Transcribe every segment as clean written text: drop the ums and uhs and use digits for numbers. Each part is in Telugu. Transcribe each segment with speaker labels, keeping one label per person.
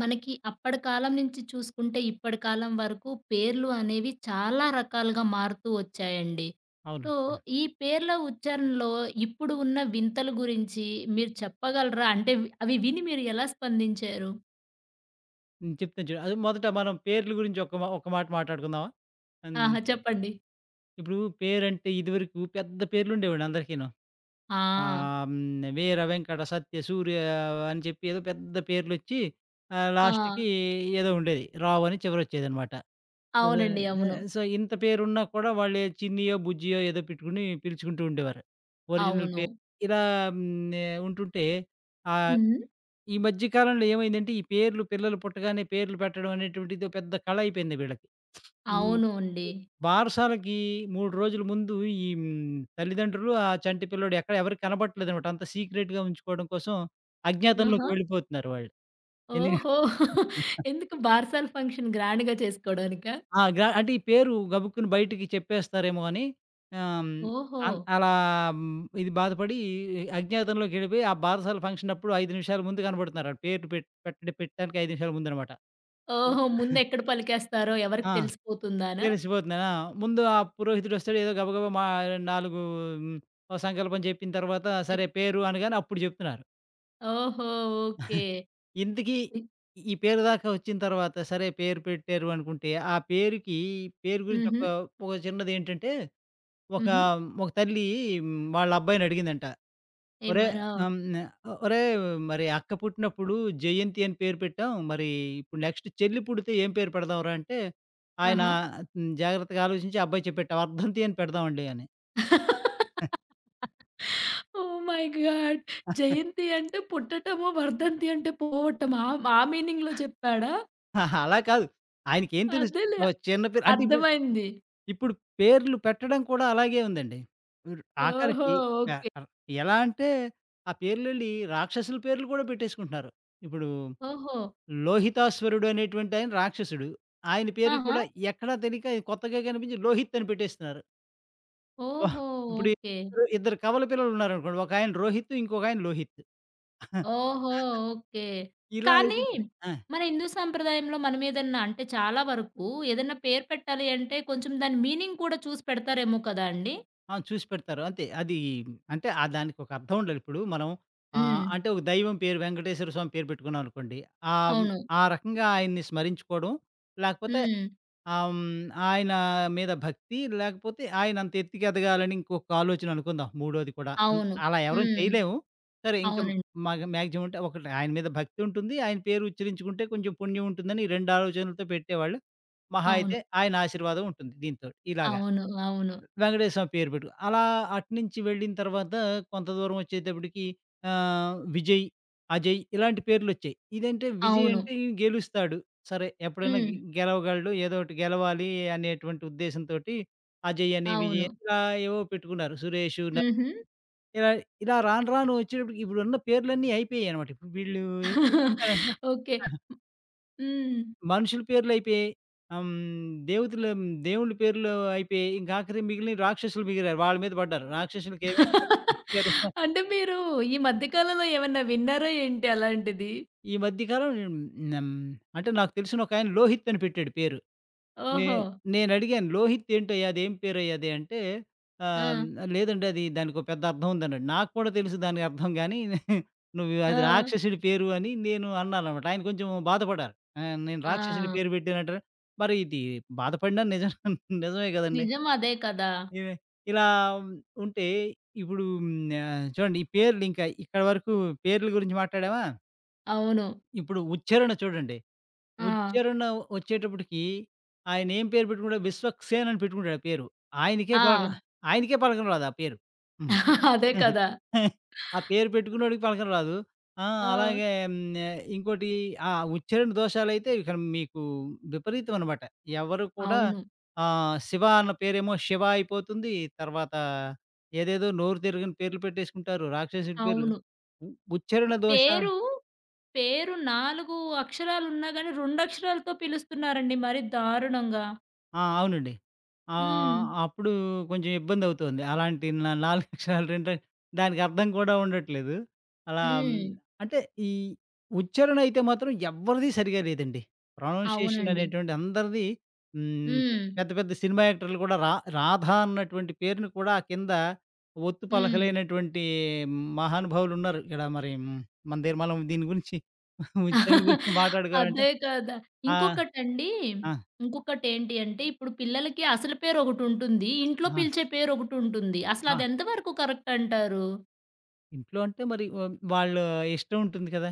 Speaker 1: మనకి అప్పటి కాలం నుంచి చూసుకుంటే ఇప్పటి కాలం వరకు పేర్లు అనేవి చాలా రకాలుగా మారుతూ వచ్చాయండి.
Speaker 2: అవునండి.
Speaker 1: సో,
Speaker 2: అవును.
Speaker 1: ఈ పేర్ల ఉచ్చారణలో ఇప్పుడు ఉన్న వింతల గురించి మీరు చెప్పగలరా? అంటే అవి విని మీరు ఎలా స్పందించారు?
Speaker 2: చెప్తాను చూడు. అది మొదట మనం పేర్ల గురించి ఒక మాట మాట్లాడుకుందామా? హ్మ్.
Speaker 1: ఆహా! చెప్పండి.
Speaker 2: ఇప్పుడు పేరంటే ఇదివరకు పెద్ద పేర్లుండేవండి అందరికీను.
Speaker 1: ఆ!
Speaker 2: ఆహ్, హ్మ్. వీర, వెంకట, సత్య, సూర్య అని చెప్పి ఏదో పెద్ద పేర్లొచ్చి
Speaker 1: ఆ!
Speaker 2: లాస్ట్‌కి ఏదో ఉండేది. రావు అని చివరొచ్చేదనమాట. అదే
Speaker 1: అవునండి. అవును.
Speaker 2: ఇంత పేరున్నా కూడా వాళ్ళు ఏ చిన్నియో, బుజ్జియో ఏదో పెట్టుకొని పిలుచుకుంటూ ఉండేవారు. ఒరిజినల్
Speaker 1: అవును.
Speaker 2: పేరు ఇలా ఉంటుంటే ఆ
Speaker 1: హ్మ్.
Speaker 2: ఈ మధ్య కాలంలో ఏమైందంటే, ఈ పేర్లు పిల్లలు పుట్టగానే పేర్లు పెట్టడం అనేటువంటిదో పెద్ద కళ అయిపోయింది వీళ్ళకి. ఈ
Speaker 1: అవును అండి.
Speaker 2: ఈ బారసాలకి 3 రోజుల ముందు ఈ తల్లిదండ్రులు ఆ చంటి పిల్లోడు ఎక్కడ ఎవరికీ కనబడట్లేదనమాట. అంతా సీక్రెట్‌గా ఉంచుకోవడం కోసం
Speaker 1: ఆహా!
Speaker 2: అజ్ఞాతంలోకి వెళ్ళిపోతున్నారు వాళ్ళు. ఎందు
Speaker 1: ఓహో! ఎందుకు బార్సాల ఫంక్షన్ గ్రాండ్‌గా చేసుకోవడానికా?
Speaker 2: ఆ! అంటే ఈ పేరు గబుక్కున బయటికి చెప్పేస్తారేమో అని ఆహ్,
Speaker 1: ఓహో!
Speaker 2: అన్ అలా ఇది బాధపడి అజ్ఞాతంలోకి వెళ్ళిపోయి ఆ బారసాల ఫంక్షన్ అప్పుడు 5 నిమిషాల ముందు కనబడుతున్నారు. ఆళ్ళు పేర్లు పెట్టడానికి 5 నిమిషాల ముందనమాట. హ్మ్.
Speaker 1: ఓహో! ముందెక్కడ పలికేస్తారో ఎవరికి
Speaker 2: ఆ!
Speaker 1: తెలిసిపోతుందానా?
Speaker 2: తెలిసిపోతుందా? ఆ! ముందు ఆ పురోహితుడొస్తాడు. ఏదో గబగబా మా 4 హ్మ్, ఓ సంకల్పం చెప్పిన తర్వాత,
Speaker 1: చెప్
Speaker 2: సరే పేరు అనగానే అప్పుడు చెప్తున్నారు.
Speaker 1: ఓహో! ఓకే.
Speaker 2: ఇంతకీ
Speaker 1: ఇ
Speaker 2: ఈ పేరు దాకా వచ్చిన తర్వాత, సరే పేరు పెట్టారు అనుకుంటే, ఆ పేరుకి పేరు గురించి
Speaker 1: హుహు.
Speaker 2: ఒక చిన్నదేంటంటే, ఒక,
Speaker 1: హుహు.
Speaker 2: ఒక తల్లి వాళ్ళ అబ్బాయిని అడిగిందంట.
Speaker 1: ఏమ
Speaker 2: ఒరేయ్!
Speaker 1: ఆహ్,
Speaker 2: ఆహ్, హ్మ్. ఒరేయ్! మరి అక్క పుట్టినప్పుడు జయంతి అని పేరు పెట్టాం. మరి ఇప్పుడు నెక్స్ట్ చెల్లి పుడితే ఏం పేరు పెడదాంరా అంటే, ఆయన
Speaker 1: ఆహా!
Speaker 2: జాగ్రత్తగా ఆలోచించి అబ్బాయి చెప్పేట్టాం. వర్ధంతి అని పెడదామండి అని.
Speaker 1: Oh my God! జయంతి అంటే పుట్టటము, వర్ధంతి అంటే పోవటం ఆ ఆ మీనింగ్‌లో చెప్పాడా?
Speaker 2: అలా కాదు. ఆయనకేం తెలుసు?
Speaker 1: అదేలే
Speaker 2: ఓహ్! చిన్న పేరు అంటే ఇప్పుడు
Speaker 1: అర్థమైంది.
Speaker 2: ఇప్పుడు పేర్లు పెట్టడం కూడా అలాగే ఉందండి. మీరు
Speaker 1: ఓహో!
Speaker 2: ఆఖరికి
Speaker 1: ఓకే.
Speaker 2: ఆహ్, ఎలా అంటే, ఆ పేర్లెళ్ళి రాక్షసుల పేర్లు కూడా పెట్టేసుకుంటున్నారు. ఇప్పుడు
Speaker 1: ఓహో!
Speaker 2: లోహితాశ్వరుడు అనేటువంటి ఆయన రాక్షసుడు. ఆయన పేరు
Speaker 1: ఆహా!
Speaker 2: కూడా ఎక్కడా తెలియక కొత్తగా కనిపించి లోహిత్ అని పెట్టేస్తున్నారు. వాహ్!
Speaker 1: ఓహో!
Speaker 2: ఇప్పుడు
Speaker 1: ఓకే.
Speaker 2: ఇద్దరు కవల పిల్లలు ఉన్నారనుకోండి. ఒక ఆయన రోహిత్, ఇంకొక ఆయన లోహిత్.
Speaker 1: ఓహో! ఓకే.
Speaker 2: ఇలా
Speaker 1: కానీ
Speaker 2: అయిపోయింది. ఆ!
Speaker 1: మన హిందూ సంప్రదాయంలో మనం ఏదన్నా అంటే చాలా వరకు ఏదన్నా పేరు పెట్టాలి అంటే కొంచెం దాని మీనింగ్ కూడా చూసి పెడతారేమో కదా అండి?
Speaker 2: ఆ! చూసి పెడతారు. అంతే అది అంటే దానికి ఒక అర్థం ఉండాలి. ఇప్పుడు మనం
Speaker 1: హ్మ్.
Speaker 2: అంటే ఒక దైవం పేరు వెంకటేశ్వర స్వామి పేరు పెట్టుకున్నాం అనుకోండి. ఆహ్,
Speaker 1: అవును.
Speaker 2: ఆ రకంగా ఆయన్ని స్మరించుకోవడం, లేకపోతే
Speaker 1: హ్మ్.
Speaker 2: ఆ! హ్మ్. ఆయన మీద భక్తి, లేకపోతే ఆయనంత ఎత్తుకి ఎదగాలని ఇంకొక ఆలోచన అనుకుందాం మూడోది కూడా.
Speaker 1: అవును.
Speaker 2: అలా ఎవరం
Speaker 1: హ్మ్.
Speaker 2: చేయలేము. సరే ఇంక
Speaker 1: అవునండి.
Speaker 2: మాక్సిమం అంటే ఒకటి ఆయన మీద భక్తి ఉంటుంది. ఆయన పేరు ఉచ్చరించుకుంటే కొంచెం పుణ్యం ఉంటుందని ఈ 2 ఆలోచనలతో పెట్టేవాళ్ళు. మహా
Speaker 1: అవును.
Speaker 2: అయితే ఆయన ఆశీర్వాదం ఉంటుంది దీనితోటి ఇలాగ.
Speaker 1: అవును. అవును.
Speaker 2: వెంకటేశ్వర స్వామి పేరు పెట్టు. అలా అటునుంచి వెళ్ళిన తర్వాత కొంత దూరం వచ్చేటప్పటికి విజయ్, అజయ్ ఇలాంటి పేర్లొచ్చాయి. ఇదంటే విజయ్
Speaker 1: అవును.
Speaker 2: అంటే ఈ గెలుస్తాడు. సరే ఎప్పుడైనా
Speaker 1: హ్మ్.
Speaker 2: గెలవగలడు. ఏదో ఒకటి గెలవాలి అనేటువంటి ఉద్దేశంతోటి అజయ్ అని, విజయ్
Speaker 1: అవును.
Speaker 2: అని ఇలా ఏవో పెట్టుకున్నారు. సురేష్ న
Speaker 1: హుహు.
Speaker 2: ఇలా ఇలా రాను రాను వచ్చేటప్పటికి ఇప్పుడున్న పేర్లన్నీ అయిపోయాయన్నమాట. ఇప్పుడు వీళ్ళు ఏం చేస్తున్నారంటే
Speaker 1: ఓకే.
Speaker 2: ఆ!
Speaker 1: హ్మ్.
Speaker 2: మనుషుల పేర్లు అయిపోయాయి. ఆహ్, హ్మ్, దేవతల దేవుళ్ళ పేర్లు అయిపోయాయి. ఇంక ఆఖరికి మిగిలిన రాక్షసులు మిగిలారు. వాళ్ళ మీద పడ్డారు. రాక్షసులకి ఏమేమి పేరు
Speaker 1: అంటే మీరు ఈ మధ్య కాలంలో ఏమన్నా విన్నారా ఏంటి అలాంటిది?
Speaker 2: ఈ మధ్య కాలం హ్మ్, అంటే నాకు తెలిసిన ఒకాయన లోహిత్ అని పెట్టాడు పేరు. నే
Speaker 1: ఓహో!
Speaker 2: నేనడిగాను "లోహిత్ ఏంటయ్యా? అదేం పేరయ్యా అది" అంటే
Speaker 1: ఆ!
Speaker 2: ఆహ్, "లేదండి అది దానికో పెద్ద అర్థం ఉందన్నాడు." నాకు కూడా తెలుసు దాని అర్థం గాని "నువ్వు
Speaker 1: ఆ!
Speaker 2: అది రాక్షసుడి పేరు" అని నేను అన్నానన్నమాట. ఆయన కొంచెం బాధపడారు. నేను రాక్షసుడి పేరు
Speaker 1: ఆ!
Speaker 2: పెట్టానంటారు. మరి ఇది బాధపడినా నిజం నిజమే కదండీ!
Speaker 1: నిజం అదే కదా!
Speaker 2: ఇవే ఇలా ఉమ్, ఉంటే ఇప్పుడు చూడండి ఈ పేర్లు ఇంకా ఇక్కడ వరకు పేర్ల గురించి మాట్లాడామా
Speaker 1: అవును.
Speaker 2: ఇప్పుడు ఉచ్చారణ చూడండి
Speaker 1: ఆ!
Speaker 2: ఉచ్చారణ వచ్చేటప్పటికి ఆయన ఏం పేరు పెట్టుకుంటాడు విశ్వక్సేన్ అని పెట్టుకుంటాడు ఆ పేరు ఆయనకే
Speaker 1: ఆ!
Speaker 2: పలక ఆయనకే పలకడం రాదు ఆ పేరు
Speaker 1: అదే
Speaker 2: ఆహా!
Speaker 1: కదా!
Speaker 2: ఆ పేరు పెట్టుకున్నోడికి పలకడం రాదు. ఆ!
Speaker 1: ఆ!
Speaker 2: అలాగే ఇంకోటి ఆ ఉచ్చారణ దోషాలైతే ఇక మీకు విపరీతం అనమాట. ఎవరు కూడా
Speaker 1: అవును.
Speaker 2: శివ అన్న పేరేమో శివ అయిపోతుంది. తర్వాత ఏదేదో నోరు తిరగని పేర్లు పెట్టేసుకుంటారు. రాక్షసుడి పేర్లు.
Speaker 1: అవును.
Speaker 2: ఉ ఉచ్చారణ దోష
Speaker 1: పేరు, పేరు 4 అక్షరాలున్నా గాని 2 అక్షరాలతో పిలుస్తున్నారండి మరి దారుణంగా.
Speaker 2: ఆ! అవునండి.
Speaker 1: హ్మ్.
Speaker 2: అప్పుడు కొంచెం ఇబ్బందవుతోంది. అలాంటి నా 4 అక్షరాలు రెండే దానికి అర్థం కూడా ఉండట్లేదు. అలా
Speaker 1: హ్మ్.
Speaker 2: అంటే ఈ ఉచ్చారణ అయితే మాత్రం ఎవ్వరిది సరిగా లేదండి. ప్రొనౌన్సియేషన్
Speaker 1: అవునండి.
Speaker 2: అనేటువంటిది అందరిది హ్మ్,
Speaker 1: హ్మ్.
Speaker 2: పెద్ద పెద్ద సినిమా యాక్టర్‌లు కూడా రాధ అన్నటువంటి పేరుని కూడా కింద ఒత్తు
Speaker 1: హ్మ్.
Speaker 2: పలకలేనటువంటి మహానుభావులున్నారు. ఇక్కడ మరి మన దగ్గర మనం దీని గురించి ఉచ్చారణ గురించి మాట్లాడుకోవాలంటే
Speaker 1: అదే కదా!
Speaker 2: ఆ!
Speaker 1: ఇంకొకటండి,
Speaker 2: ఆ!
Speaker 1: ఇంకొకటేంటి అంటే ఇప్పుడు పిల్లలకి అసలు పేరొకటుంటుంది. ఇంట్లో
Speaker 2: ఆ!
Speaker 1: పిలిచే పేరొకటుంటుంది.
Speaker 2: ఆ!
Speaker 1: అసలది ఎంత వరకు కరెక్ట్ అంటారు?
Speaker 2: ఇంట్లో అంటే మరి వాళ్ళ ఇష్టం ఉంటుంది కదా!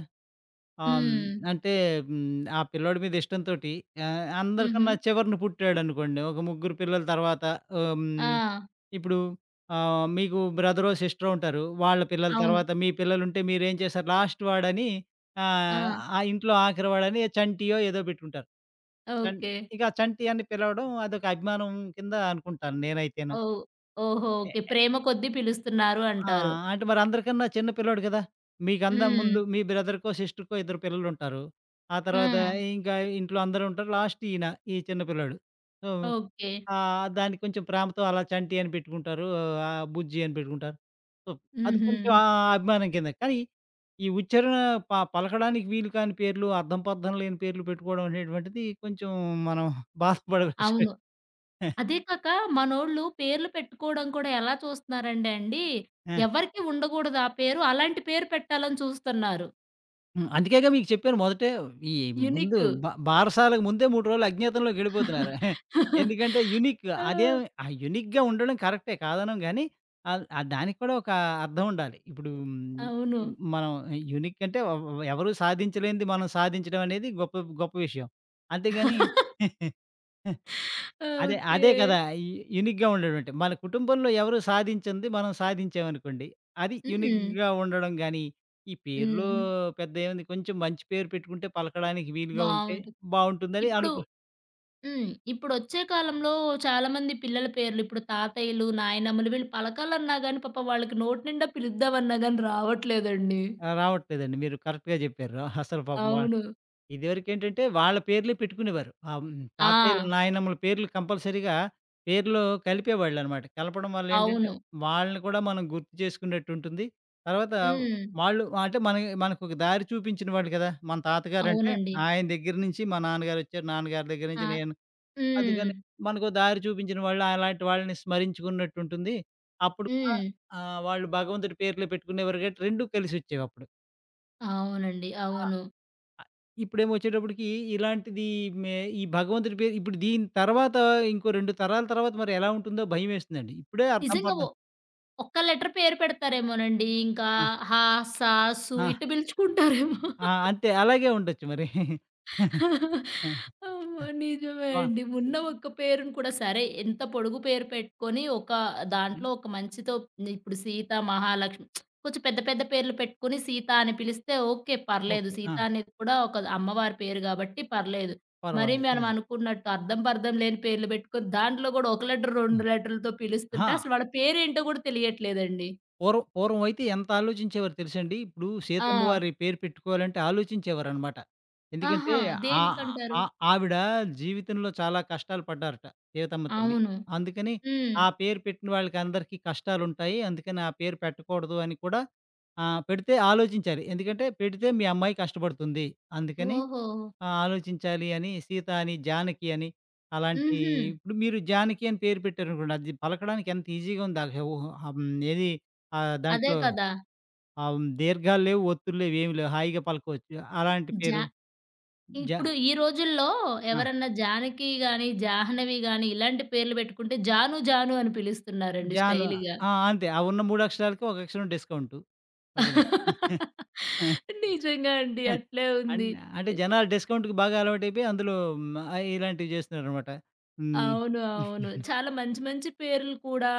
Speaker 2: ఆహ్, హ్మ్,
Speaker 1: హ్మ్.
Speaker 2: అంటే హ్మ్, ఆ పిల్లోడి మీద ఇష్టంతోటి
Speaker 1: హుహు.
Speaker 2: అందరికన్నా చివరన పుట్టాడనుకోండి. ఒక ముగ్గురు పిల్లల తర్వాత ఆహ్, హ్మ్,
Speaker 1: ఆ!
Speaker 2: ఇప్పుడు మీకు బ్రదరో, సిస్టరో ఉంటారు. వాళ్ళ పిల్లల
Speaker 1: అవును.
Speaker 2: తర్వాత మీ పిల్లలుంటే మీరేం చేస్తారు లాస్ట్ వాడని ఆహ్,
Speaker 1: ఆ!
Speaker 2: ఆ ఇంట్లో ఆఖరి వాడని చంటియో ఏదో పెట్టుకుంటారు. చం
Speaker 1: ఓకే.
Speaker 2: ఇక ఆ చంటి అని పిలవడం అదొక అభిమానం కింద అనుకుంటాను నేనైతేను.
Speaker 1: ఓహ్! ఓహో! ఓకే. ప్రేమ కొద్దీ పిలుస్తున్నారు
Speaker 2: ఆ!
Speaker 1: అంటారు.
Speaker 2: అంటే మరి అందరికన్నా చిన్న పిల్లోడు కదా! మీకన్నా
Speaker 1: హ్మ్.
Speaker 2: ముందు మీ బ్రదర్‌కో, సిస్టర్‌కో ఇద్దరు పిల్లలుంటారు. ఆ తర్వాత
Speaker 1: హ్మ్.
Speaker 2: ఇంకా ఇంట్లో అందరూ ఉంటారు. లాస్ట్ ఈయన, ఈ చిన్న పిల్లోడు. So,
Speaker 1: okay.
Speaker 2: దానికి కొంచెం ప్రేమతో అలా చంటి అని పెట్టుకుంటారు. బుజ్జి అని పెట్టుకుంటారు. సో, అది
Speaker 1: హుహు.
Speaker 2: కొంచెం అభిమానం కింద. కానీ ఈ ఉచ్చారణ పలకడానికి వీలు కాని పేర్లు, అర్థం పర్థం లేని పేర్లు పెట్టుకోవడం అనేటువంటిది కొంచెం మనం బాధపడే విషయమే.
Speaker 1: అవును. అదే కాక మనోళ్ళు పేర్లు పెట్టుకోవడం కూడా ఎలా చూస్తున్నారంటే అండి,
Speaker 2: ఆ!
Speaker 1: ఎవరికీ ఉండకూడదు ఆ పేరు. అలాంటి పేరు పెట్టాలని చూస్తున్నారు.
Speaker 2: అందుకేగా మీకు చెప్పాను మొదటే ఈ ముందు
Speaker 1: యూనిక్.
Speaker 2: బా బారసాలకు ముందే 3 రోజులు అజ్ఞాతంలోకెళ్ళిపోతున్నారు. ఎందుకంటే యూనిక్
Speaker 1: ఆ!
Speaker 2: అదేం ఆ! యూనిక్‌గా ఉండడం కరెక్టే కాదనం గానీ, ఆహ్, ఆహ్, దానికి కూడా ఒక అర్థం ఉండాలి. ఇప్పుడు
Speaker 1: అవును.
Speaker 2: మనం యూనిక్ అంటే వ వ ఎవరు సాధించలేనిది మనం సాధించడం అనేది గొప్ప గొప్ప విషయం. అంతేగాని అదే,
Speaker 1: ఓకే.
Speaker 2: అదే కదా! యూనిక్‌గా ఉండేటువంటి. మన కుటుంబంలో ఎవరు సాధించింది మనం సాధించామనుకోండి. అది
Speaker 1: హ్మ్.
Speaker 2: యూనిక్‌గా ఉండడం గాని, ఈ పేరులో
Speaker 1: హ్మ్.
Speaker 2: పెద్ద ఏముంది కొంచెం మంచి పేరు పెట్టుకుంటే పలకడానికి వీలుగా ఉంటే
Speaker 1: బావుంటుంది.
Speaker 2: బావుంటుందని
Speaker 1: ఇప్పుడు హ్మ్. ఇప్పుడొచ్చే కాలంలో చాలామంది పిల్లల పేర్లు ఇప్పుడు తాతయ్యలు, నాయనమ్మలు వీళ్ళు పలకాలన్నా గాని పాపం వాళ్ళకి నోటి నిండా పిలుద్దామన్నా గాని రావట్లేదండి.
Speaker 2: రావట్లేదండి. మీరు కరెక్ట్‌గా చెప్పారు. అసలు పాపం
Speaker 1: అవును.
Speaker 2: ఇదివరకేంటంటే వాళ్ళ పేర్లే పెట్టుకునేవారు. ఆహ్, హ్మ్. తాతయ్యలు,
Speaker 1: ఆ!
Speaker 2: నాయనమ్మల పేర్లు కంపల్సరీగా పేర్లో కలిపేవాళ్ళనమాట. కలపడం వల్ల ఏంటంటే,
Speaker 1: అవును.
Speaker 2: వాళ్ళని కూడా మనం గుర్తు చేసుకున్నట్టుంటుంది. తర్వాత
Speaker 1: హ్మ్.
Speaker 2: వాళ్ళు అంటే మనకొక దారి చూపించిన వాళ్ళు కదా! మన తాతగారంటే
Speaker 1: అవునండి.
Speaker 2: ఆయన దగ్గర నుంచి మా నాన్నగారొచ్చారు. నాన్నగారి దగ్గర
Speaker 1: ఆ!
Speaker 2: నుంచి నేను.
Speaker 1: హ్మ్.
Speaker 2: అందుకని మనకో దారి చూపించిన వాళ్ళు అలాంటి వాళ్ళని స్మరించుకున్నట్టుంటుంది. అప్పుడు కూడా
Speaker 1: హ్మ్.
Speaker 2: వాళ్ళు భగవంతుడి పేర్లే పెట్టుకునేవారు కాబట్టి 2 కలిసొచ్చేవప్పుడు.
Speaker 1: అవునండి. అవును.
Speaker 2: అ ఇప్పుడేమొచ్చేటప్పటికి ఇలాంటిది మే ఈ భగవంతుడి పేరు ఇప్పుడు దీని తర్వాత ఇంకో 2 తరాల తర్వాత మరి ఎలా ఉంటుందో భయమేస్తుందండి. ఇప్పుడే అర్థం
Speaker 1: నిజంగా
Speaker 2: పర్థం
Speaker 1: ఒక్క లెటర్ పేరు పెడతారేమోనండి. ఇంకా
Speaker 2: ఆ!
Speaker 1: హ, స, సు
Speaker 2: ఆ!
Speaker 1: ఇట్టు పిలుచుకుంటారేమో.
Speaker 2: ఆ! అంతే అలాగే ఉండొచ్చు మరి.
Speaker 1: అమ్మో! నిజమే
Speaker 2: ఆ! ఆ!
Speaker 1: అండి. ఉన్న ఒక్క పేరును కూడా సరే ఎంత పొడుగు పేరు పెట్టుకొని ఒక దాంట్లో ఒక మంచితో ఇప్పుడు సీత, మహాలక్ష్మి కొంచెం పెద్ద పెద్ద పేర్లు పెట్టుకొని సీత అని పిలిస్తే ఓకే. పర్లేదు.
Speaker 2: ఓకే.
Speaker 1: సీత
Speaker 2: ఆ!
Speaker 1: అనేది కూడా ఒక అమ్మవారి పేరు గాబట్టి పర్లేదు. మరి
Speaker 2: పర్వాలేదు
Speaker 1: మనం
Speaker 2: అదే.
Speaker 1: అనుకున్నట్టు అర్థం పర్థం లేని పేర్లు పెట్టుకొని దాంట్లో కూడా ఒక లెటర్, 2
Speaker 2: హ్మ్.
Speaker 1: లెటర్‌లతో పిలుస్తుంటే
Speaker 2: ఆ!
Speaker 1: అసలు వాళ్ళ పేరేంటో కూడా తెలియట్లేదండి.
Speaker 2: పూర్వం పూర్వం అయితే ఎంత ఆలోచించేవారో తెలుసండి. ఇప్పుడు సీతమ్మ
Speaker 1: ఆ!
Speaker 2: వారి పేరు పెట్టుకోవాలంటే ఆలోచించేవారనమాట. ఎందుకంటే
Speaker 1: ఆహా!
Speaker 2: ఆ
Speaker 1: దేనికంటారు?
Speaker 2: ఆ ఆవిడ జీవితంలో చాలా కష్టాలు పడ్డారట సీతమ్మ తల్లి.
Speaker 1: అవును.
Speaker 2: అందుకని
Speaker 1: హ్మ్.
Speaker 2: ఆ పేరు పెట్టిన వాళ్ళకందరికీ కష్టాలుంటాయి. అందుకని ఆ పేరు పెట్టకూడదు అని కూడా పెడితే ఆలోచించాలి. ఎందుకంటే పెడితే మీ అమ్మాయి కష్టపడుతుంది. అందుకని
Speaker 1: ఓహో!
Speaker 2: ఆ! ఆలోచించాలి అని 'సీత' అని, 'జానకి' అని అలాంటి
Speaker 1: హుహు.
Speaker 2: ఇప్పుడు మీరు 'జానకి' అని పేరు పెట్టారనుకోండి. అది పలకడానికి ఎంత ఈజీగా ఉందో. అసలు ఓహ్! ఆహ్, హ్మ్. ఏది
Speaker 1: అదే
Speaker 2: దాంట్లో
Speaker 1: కదా!
Speaker 2: ఆహ్, హ్మ్. దీర్ఘాలు లేవు, ఒత్తులు లేవు, ఏమి లేవు. హాయిగా పలకవచ్చు. అలాంటి
Speaker 1: జా
Speaker 2: పేరు జ
Speaker 1: ఇప్పుడు ఈ రోజుల్లో
Speaker 2: ఆ!
Speaker 1: ఎవరన్నా జానకి గాని, జాహ్నవి గాని ఇలాంటి పేర్లు పెట్టుకుంటే జాను జాను అని పిలుస్తున్నారండి
Speaker 2: జాను
Speaker 1: స్టైల్‌గా.
Speaker 2: ఆ! అంతే. ఆ ఉన్న 3 అక్షరాలకి ఒక అక్షరం డిస్కౌంటు మధ్యలో.
Speaker 1: నిజంగా అండి. అట్లే
Speaker 2: అన్
Speaker 1: ఉంది.
Speaker 2: అంటే
Speaker 1: ఎ
Speaker 2: జనాలు డిస్కౌంట్‌కి బాగా అలవాటైపోయి అందులో ఇలాంటివి చేస్తున్నారనమాట. హ్మ్.
Speaker 1: అవును. అవును. చాలా మంచి మంచి పేర్లు కూడా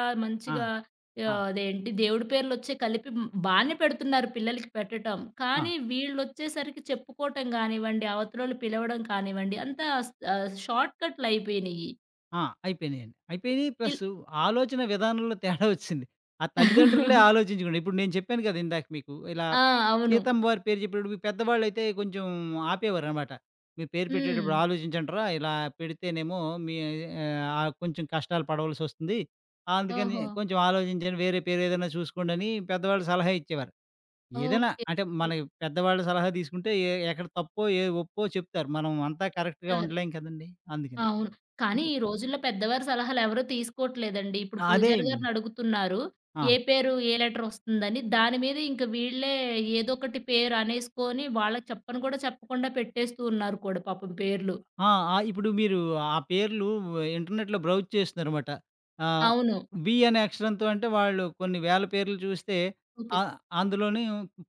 Speaker 2: ఆ!
Speaker 1: మంచిగా
Speaker 2: ఆ!
Speaker 1: అదేంటి దేవుడి పేర్లొచ్చే కలిపి హ్మ్, బానే పెడుతున్నారు పిల్లలకి పెట్టటం.
Speaker 2: ఆ!
Speaker 1: కానీ వీళ్ళొచ్చేసరికి చెప్పుకోవటం గానివ్వండి, అవతలోళ్ళు పిలవడం కానివ్వండి, అంతా షార్ట్ కట్‌లయిపోయినియి.
Speaker 2: ఆ! అయిపోయినాయండి. అయిపోయినియి
Speaker 1: ఇల్
Speaker 2: ప్లస్ ఆలోచన విధానంలో తేడా వచ్చింది. ఆ తల్లిదండ్రులే ఆలోచించకుండా ఇప్పుడు నేను చెప్పాను కదా! ఇందాక మీకు ఇలా
Speaker 1: ఆ! అవును.
Speaker 2: సీతమ్మ వారి పేరు చెప్పేటప్పుడు పెద్దవాళ్ళైతే కొంచెం ఆపేవారనమాట. మీ పేరు
Speaker 1: హ్మ్.
Speaker 2: పెట్టేటప్పుడు ఆలోచించండిరా! ఇలా పెడితేనేమో మీ కొంచెం కష్టాలు పడవలసొస్తుంది. అందుకని
Speaker 1: ఓహో!
Speaker 2: కొంచెం ఆలోచించండి వేరే పేరు ఏదైనా చూసుకోండని పెద్దవాళ్ళు సలహా ఇచ్చేవారు. ఏదైనా
Speaker 1: ఓకే.
Speaker 2: అంటే మన పెద్దవాళ్ళ సలహా తీసుకుంటే ఎక్కడ తప్పో, ఏ ఒప్పో చెప్తారు. మనం అంతా కరెక్ట్‌గా
Speaker 1: ఇచ్చారు.
Speaker 2: ఉండలేం కదండీ! అందుకని.
Speaker 1: అవును. కానీ
Speaker 2: ఇప్పుడు
Speaker 1: ఈ రోజుల్లో పెద్దవారి సలహాలెవరు తీసుకోవట్లేదండి. ఇప్పుడు
Speaker 2: అదే
Speaker 1: పూజారి గారిని
Speaker 2: ఇబ్బంది.
Speaker 1: అడుగుతున్నారు.
Speaker 2: ఆ!
Speaker 1: ఏ పేరు, ఏ లెటరొస్తుందని. దాని మీద ఇంక వీళ్ళే ఏదో ఒకటి పేరు అనేసుకొని, వాళ్ళకి చెప్పను కూడా చెప్పకుండా పెట్టేస్తూ ఉన్నారు కూడా పాపం పేర్లు.
Speaker 2: ఆ! ఆ! ఇప్పుడు మీరు ఆ పేర్లు ఇంటర్నెట్‌లో బ్రౌజ్ చేస్తున్నారనమాట. ఆహ్,
Speaker 1: అవును.
Speaker 2: 'బి' అనే అక్షరంతో అంటే వాళ్ళు కొన్ని వేల పేర్లు చూస్తే
Speaker 1: చూపిస్
Speaker 2: ఆహ్, అందులోని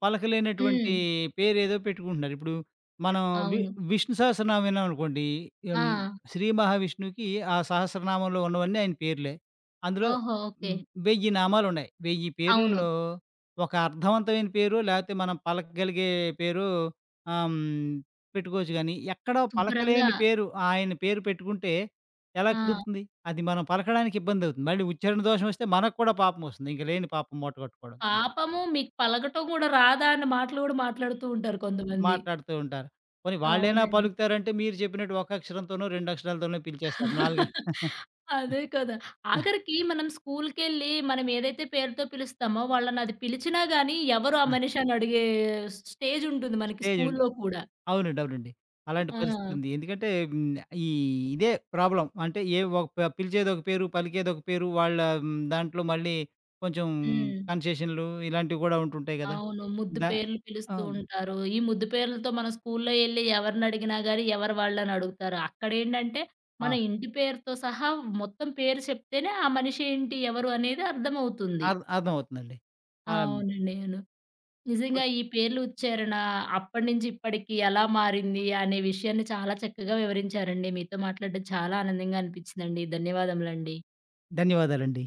Speaker 2: పలకలేనటువంటి
Speaker 1: హ్మ్.
Speaker 2: పేరేదో పెట్టుకుంటున్నారు. ఇప్పుడు మనం వి
Speaker 1: అవును.
Speaker 2: విష్ణు సహస్రనామం విన్నామనుకోండి.
Speaker 1: ఆ!
Speaker 2: ఎం శ్రీ మహావిష్ణువుకి ఆ సహస్రనామంలో ఉన్నవన్నీ ఆయన పేర్లే. అందులో
Speaker 1: ఓహో! ఓకే.
Speaker 2: హ్మ్, 1000 నామాలున్నాయి. 1000
Speaker 1: అవును.
Speaker 2: పేర్లలో ఒక అర్థవంతమైన పేరు లేకపోతే మనం పలకగలిగే పేరు ఆహ్, హ్మ్ పెట్టుకోవచ్చు గానీ, ఎక్కడో
Speaker 1: శుభ్రంగా
Speaker 2: పలకలేని పేరు ఆయన పేరు పెట్టుకుంటే ఎలా
Speaker 1: ఆ!
Speaker 2: కుదురుతుంది? అది మనం పలకడానికి ఇబ్బందవుతుంది. మళ్ళీ ఉచ్చారణ దోషం వస్తే మనకు కూడా పాపమొస్తుంది. ఇంక లేని పాపం మూట కట్టుకోవడం.
Speaker 1: పాపము మీకు పలకటం గూడా రాదా అన్న మాటలు గూడా మాట్లాడుతూ ఉంటారు కొంతమంది.
Speaker 2: మాట్లాడుతూ ఉంటారు. పోనీ వాళ్ళైనా
Speaker 1: అవునండి.
Speaker 2: పలుకుతారంటే మీరు చెప్పినట్టు ఒక అక్షరంతోనో, 2 అక్షరాలతోనో పిలిచేస్తారు. 4
Speaker 1: అదే కదా! ఆఖరికి మనం స్కూలుకెళ్ళి మనం ఏదైతే పేరుతో పిలుస్తామో వాళ్ళని అది పిలిచినా గాని ఎవరు ఆ మనిషి అని అడిగే స్టేజ్ ఉంటుంది మనకి
Speaker 2: స్టేజ్
Speaker 1: స్కూలులో కూడా.
Speaker 2: అవునండి. అవునండి. అలాంటి
Speaker 1: ఆ!
Speaker 2: పరిస్థితి ఉంది. ఎందుకంటే హ్మ్. ఈ ఇదే ప్రాబ్లమ్. అంటే ఏ ఒక ప పిలిచేది ఒక పేరు, పలికేది ఒక పేరు. వాళ్ళ దాంట్లో మళ్ళీ కొంచెం
Speaker 1: హ్మ్.
Speaker 2: కన్సెషన్‌లు ఇలాంటివి కూడా ఉంటుంటాయి గదా!
Speaker 1: అవును. ముద్దు
Speaker 2: దా
Speaker 1: పేర్లు
Speaker 2: ఆ!
Speaker 1: పిలుస్తూ ఉంటారు. ఈ ముద్దు పేర్లతో మనం స్కూలులో ఎళ్లి ఎవరినడిగినా గాని ఎవరు వాళ్ళని అడుగుతారు. అక్కడేంటంటే
Speaker 2: ఆ!
Speaker 1: మన ఇంటి పేరుతో సహా మొత్తం పేరు చెప్తేనే ఆ మనిషి ఏంటి? ఎవరు? అనేది అర్థమవుతుంది.
Speaker 2: అర్థమవుతుందండి. ఆ!
Speaker 1: అవునండి. అవును. నిజంగా ఈ పేర్లు ఉచ్చారణ అప్పటినుంచి ఇప్పటికి ఎలా మారింది అనే విషయాన్ని చాలా చక్కగా వివరించారండి. మీతో మాట్లాడడం చాలా ఆనందంగా అనిపించిందండి. ధన్యవాదములండి.
Speaker 2: ధన్యవాదాలండి.